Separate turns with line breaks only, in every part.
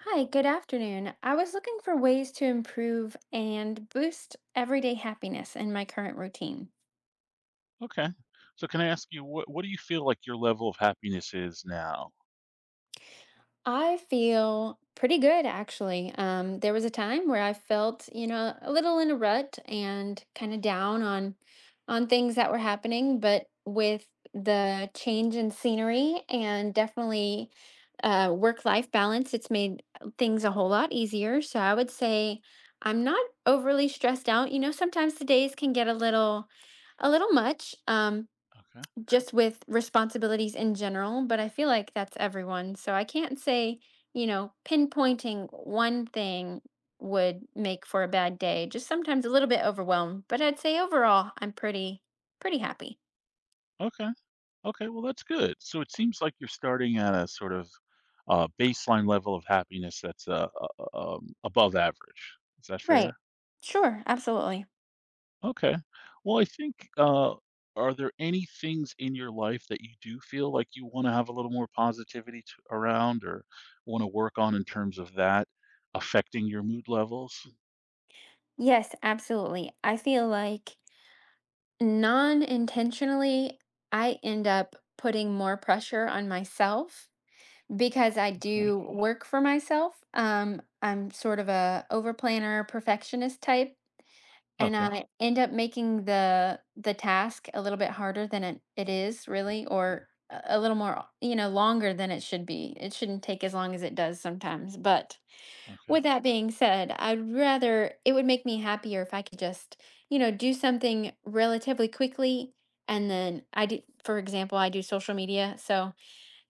Hi, good afternoon. I was looking for ways to improve and boost everyday happiness in my current routine.
Okay. So can I ask you what do you feel like your level of happiness is now?
I feel pretty good actually. There was a time where I felt, you know, a little in a rut and kind of down on things that were happening, but with the change in scenery and definitely work-life balance, it's made things a whole lot easier. So I would say I'm not overly stressed out. You know, sometimes the days can get a little much.
Okay.
Just with responsibilities in general, but I feel like that's everyone. So I can't say, you know, pinpointing one thing would make for a bad day. Just sometimes a little bit overwhelmed, but I'd say overall I'm pretty happy.
Okay. Okay. Well, that's good. So it seems like you're starting at a sort of baseline level of happiness that's above average. Is that
Right.
fair?
Sure, absolutely.
Okay. Well, I think are there any things in your life that you do feel like you want to have a little more positivity to, around or want to work on in terms of that affecting your mood levels?
Yes, absolutely. I feel like non-intentionally I end up putting more pressure on myself because I
Okay.
do work for myself. I'm sort of a over planner perfectionist type, and
Okay.
I end up making the task a little bit harder than it is really, or a little more, you know, longer than it should be. It shouldn't take as long as it does sometimes. But
Okay.
with that being said, I'd rather it would make me happier if I could just, you know, do something relatively quickly. And then I do, for example, I do social media. So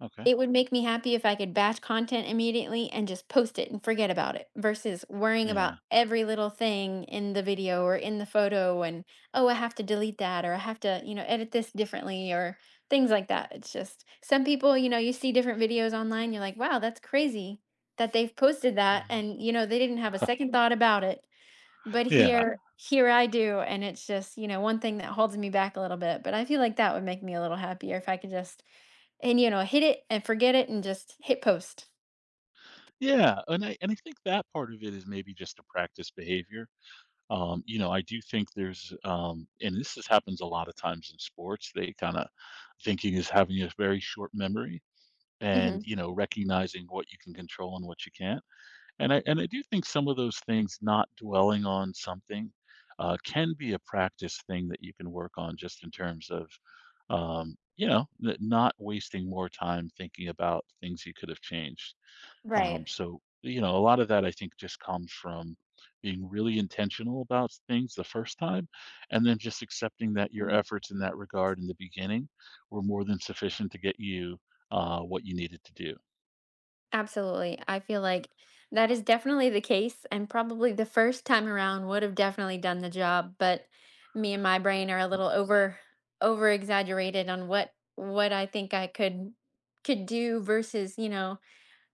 Okay.
it would make me happy if I could batch content immediately and just post it and forget about it versus worrying about
Yeah.
every little thing in the video or in the photo and, oh, I have to delete that or I have to, you know, edit this differently or things like that. It's just some people, you know, you see different videos online, you're like, wow, that's crazy that they've posted that and, you know, they didn't have a second thought about it. But
Yeah.
here I do, and it's just, you know, one thing that holds me back a little bit, but I feel like that would make me a little happier if I could just and, you know, hit it and forget it and just hit post.
Yeah. And I think that part of it is maybe just a practice behavior. You know, I do think there's and this is, happens a lot of times in sports. They kind of thinking is having a very short memory, and
Mhm.
you know, recognizing what you can control and what you can't. And I do think some of those things, not dwelling on something can be a practice thing that you can work on just in terms of you know, not wasting more time thinking about things you could have changed.
Right.
So, you know, a lot of that I think just comes from being really intentional about things the first time, and then just accepting that your
Mm.
efforts in that regard in the beginning were more than sufficient to get you what you needed to do.
Absolutely. I feel like that is definitely the case, and probably the first time around would have definitely done the job, but me and my brain are a little over exaggerated on what I think I could do versus, you know,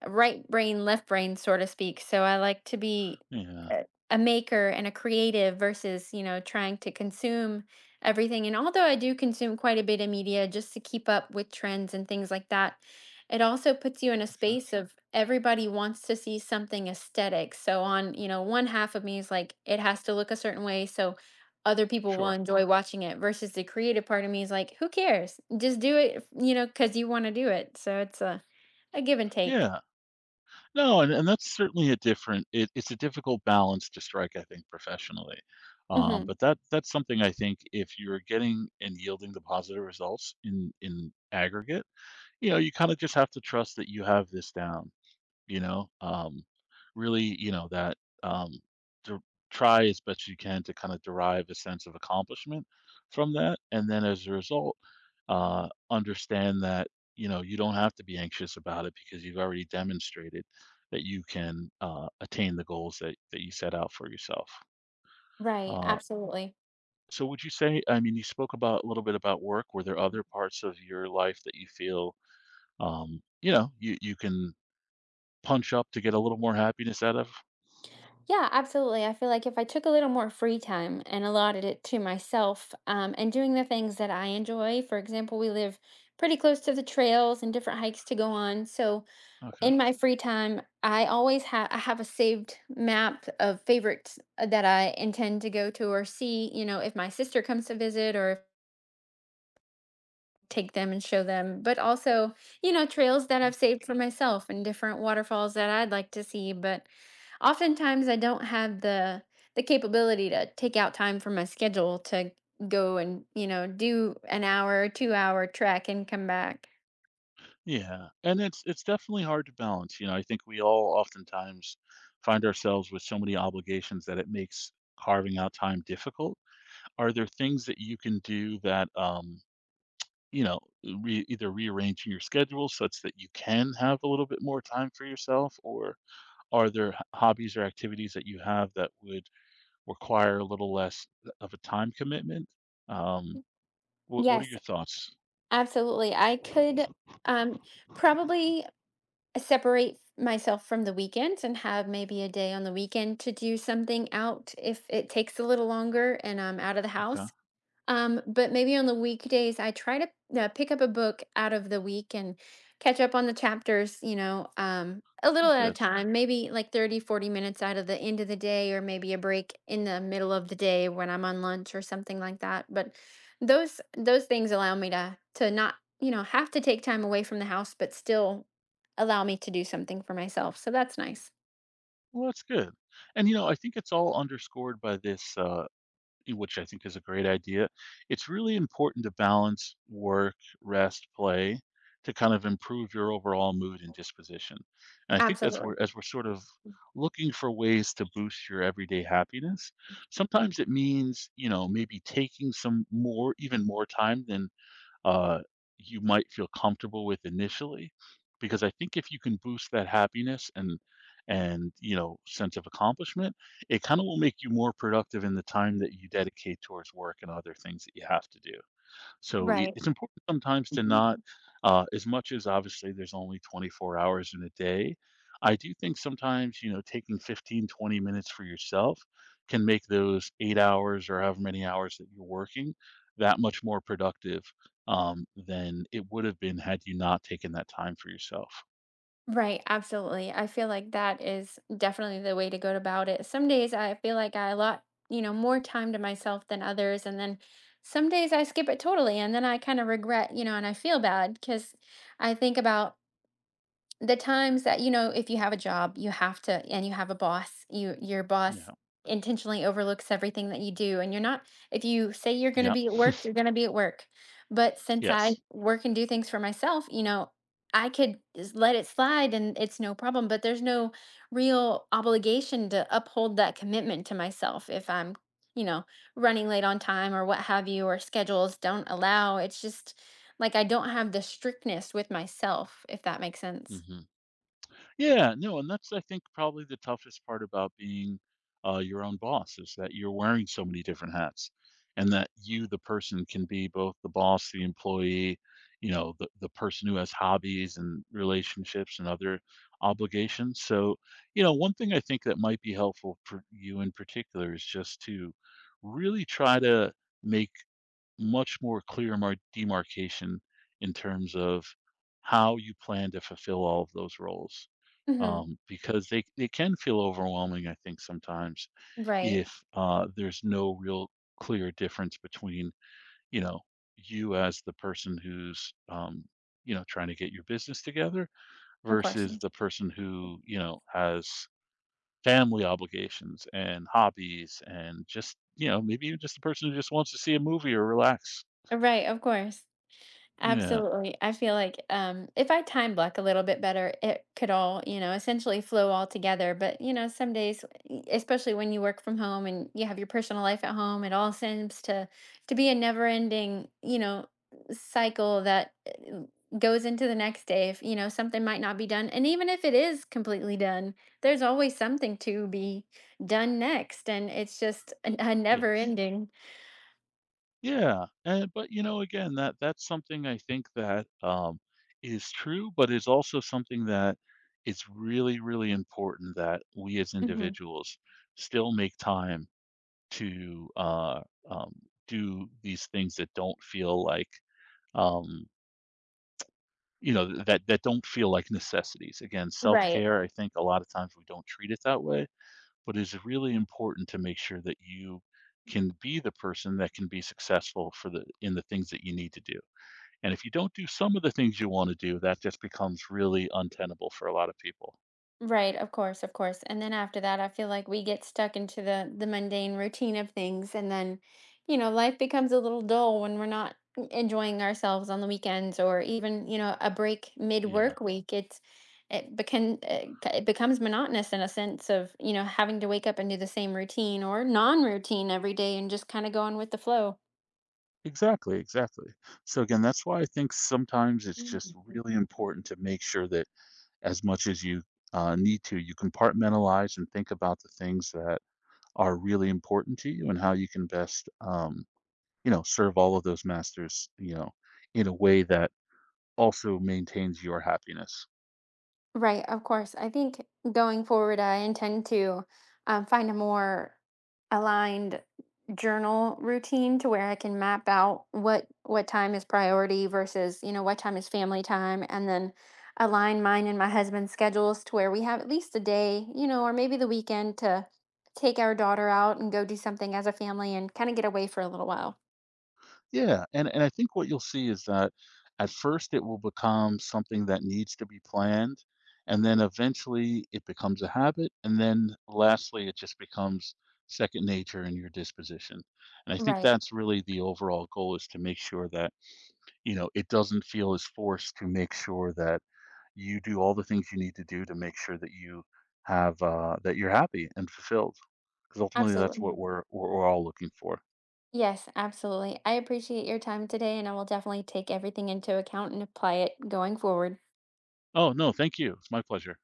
right brain, left brain, so to speak. So I like to be
Yeah.
a maker and a creative versus, you know, trying to consume everything. And although I do consume quite a bit of media just to keep up with trends and things like that, it also puts you in a
Okay.
space of everybody wants to see something aesthetic. So on, you know, one half of me is like, it has to look a certain way. So other people will
Sure.
enjoy watching it versus the creative part of me is like, who cares? Just do it, you know, because you want to do it. So it's a give and take.
Yeah. No, and that's certainly a different. It's a difficult balance to strike, I think, professionally.
Hmm.
But that's something I think if you're getting and yielding the positive results in aggregate, you know, you kind of just have to trust that you have this down, you know? Really, you know, that um, to try as best you can to kind of derive a sense of accomplishment from that. And then as a result, understand that, you know, you don't have to be anxious about it because you've already demonstrated that you can attain the goals that, you set out for yourself.
Right,
Uh,
absolutely.
so would you say, I mean, you spoke about a little bit about work. Were there other parts of your life that you feel, you know, you can punch up to get a little more happiness out of?
Yeah, absolutely. I feel like if I took a little more free time and allotted it to myself, and doing the things that I enjoy, for example, we live pretty close to the trails and different hikes to go on. So
Okay.
in my free time, I have a saved map of favorites that I intend to go to or see, you know, if my sister comes to visit or take them and show them, but also, you know, trails that I've
Okay.
saved for myself and different waterfalls that I'd like to see. But oftentimes I don't have the capability to take out time from my schedule to go and, you know, do an hour, 2 hour trek and come back.
Yeah, and it's definitely hard to balance. You know, I think we all oftentimes find ourselves with so many obligations that it makes carving out time difficult. Are there things that you can do that, you know, re either rearranging your schedule such that you can have a little bit more time for yourself, or are there h hobbies or activities that you have that would require a little less of a time commitment? Um, what are
Yes,
your thoughts?
absolutely. I could um, probably separate myself from the weekends and have maybe a day on the weekend to do something out if it takes a little longer and I'm out of the
Okay.
house. But maybe on the weekdays, I try to pick up a book out of the week and catch up on the chapters, you know, a
Well,
little at a
good.
time, maybe like 30, 40 minutes out of the end of the day, or maybe a break in the middle of the day when I'm on lunch or something like that. But those things allow me to not, you know, have to take time away from the house, but still allow me to do something for myself. So that's nice.
Well, that's good. And, you know, I think it's all underscored by this, which I think is a great idea. It's really important to balance work, rest, play to kind of improve your overall mood and disposition. And I think as
Absolutely.
we're sort of looking for ways to boost your everyday happiness, sometimes it means, you know, maybe taking some more, even more time than uh, you might feel comfortable with initially, because I think if you can boost that happiness and you know sense of accomplishment, it kind of will make you more productive in the time that you dedicate towards work and other things that you have to do. So I
Right.
it's important sometimes to not as much as obviously there's only 24 hours in a day, I do think sometimes, you know, taking 15, 20 minutes for yourself can make those 8 hours or however many hours that you're working that much more productive, than it would have been had you not taken that time for yourself.
Right, absolutely. I feel like that is definitely the way to go about it. Some days I feel like I allot, you know, more time to myself than others, and then some days I skip it totally, and then I kind of regret, you know, and I feel bad because I think about the times that, you know, if you have a job you have to, and you have a boss, you your boss
Yeah.
intentionally overlooks everything that you do, and you're not, if you say you're going to
Yeah.
be at work you're going to be at work, but since I
Yes.
work and do things for myself, you know, I could just let it slide and it's no problem, but there's no real obligation to uphold that commitment to myself if I'm, you know, running late on time or what have you, or schedules don't allow, it's just like I don't have the strictness with myself, if that makes sense.
Hmm. Yeah, no, and that's I think probably the toughest part about being your own boss is that you're wearing so many different hats, and that you, the person, can be both the boss, the employee, you know, the person who has hobbies and relationships and other obligations. So, you know, one thing I think that might be helpful for you in particular is just to really try to make much more clear demarcation in terms of how you plan to fulfill all of those roles,
Hmm.
because they can feel overwhelming, I think, sometimes
Right.
if there's no real clear difference between, you know, you as the person who's, you know, trying to get your business together
Of course.
versus the person who, you know, has family obligations and hobbies and just, you know, maybe even just the person who just wants to see a movie or relax.
Right. Of course.
Yeah.
Absolutely. I feel like if I time block a little bit better, it could all, you know, essentially flow all together. But, you know, some days, especially when you work from home and you have your personal life at home, it all seems to be a never ending, you know, cycle that goes into the next day. If, you know, something might not be done. And even if it is completely done, there's always something to be done next. And it's just a never
Yes.
ending.
Yeah, and but, you know, again, that's something I think that, is true, but is also something that it's really, really important that we as individuals still make time to, um, do these things that don't feel like, um, you know, that don't feel like necessities. Again,
Right.
self-care, I think a lot of times we don't treat it that way. But it's really important to make sure that you can be the person that can be successful for the in the things that you need to do. And if you don't do some of the things you want to do, that just becomes really untenable for a lot of people.
Right, of course, of course. And then after that, I feel like we get stuck into the mundane routine of things and then, you know, life becomes a little dull when we're not enjoying ourselves on the weekends or even, you know, a break
Yeah.
mid-work week. It's it becomes monotonous in a sense of, you know, having to wake up and do the same routine or non-routine every day and just kind of going with the flow.
Exactly, exactly. So again, that's why I think sometimes it's just really important to make sure that as much as you need to, you compartmentalize and think about the things that are really important to you and how you can best, you know, serve all of those masters, you know, in a way that also maintains your happiness.
Right, of course. I think going forward, I intend to find a more aligned journal routine to where I can map out what time is priority versus, you know, what time is family time, and then align mine and my husband's schedules to where we have at least a day, you know, or maybe the weekend to take our daughter out and go do something as a family and kind of get away for a little while.
Yeah, and I think what you'll see is that at first it will become something that needs to be planned, and then eventually it becomes a habit, and then lastly it just becomes second nature in your disposition. And I think
Right.
that's really the overall goal is to make sure that, you know, it doesn't feel as forced, to make sure that you do all the things you need to do to make sure that you have that you're happy and fulfilled, because ultimately that's what
Absolutely.
we're all looking for.
Yes, absolutely. I appreciate your time today, and I will definitely take everything into account and apply it going forward.
Oh, no, thank you. It's my pleasure.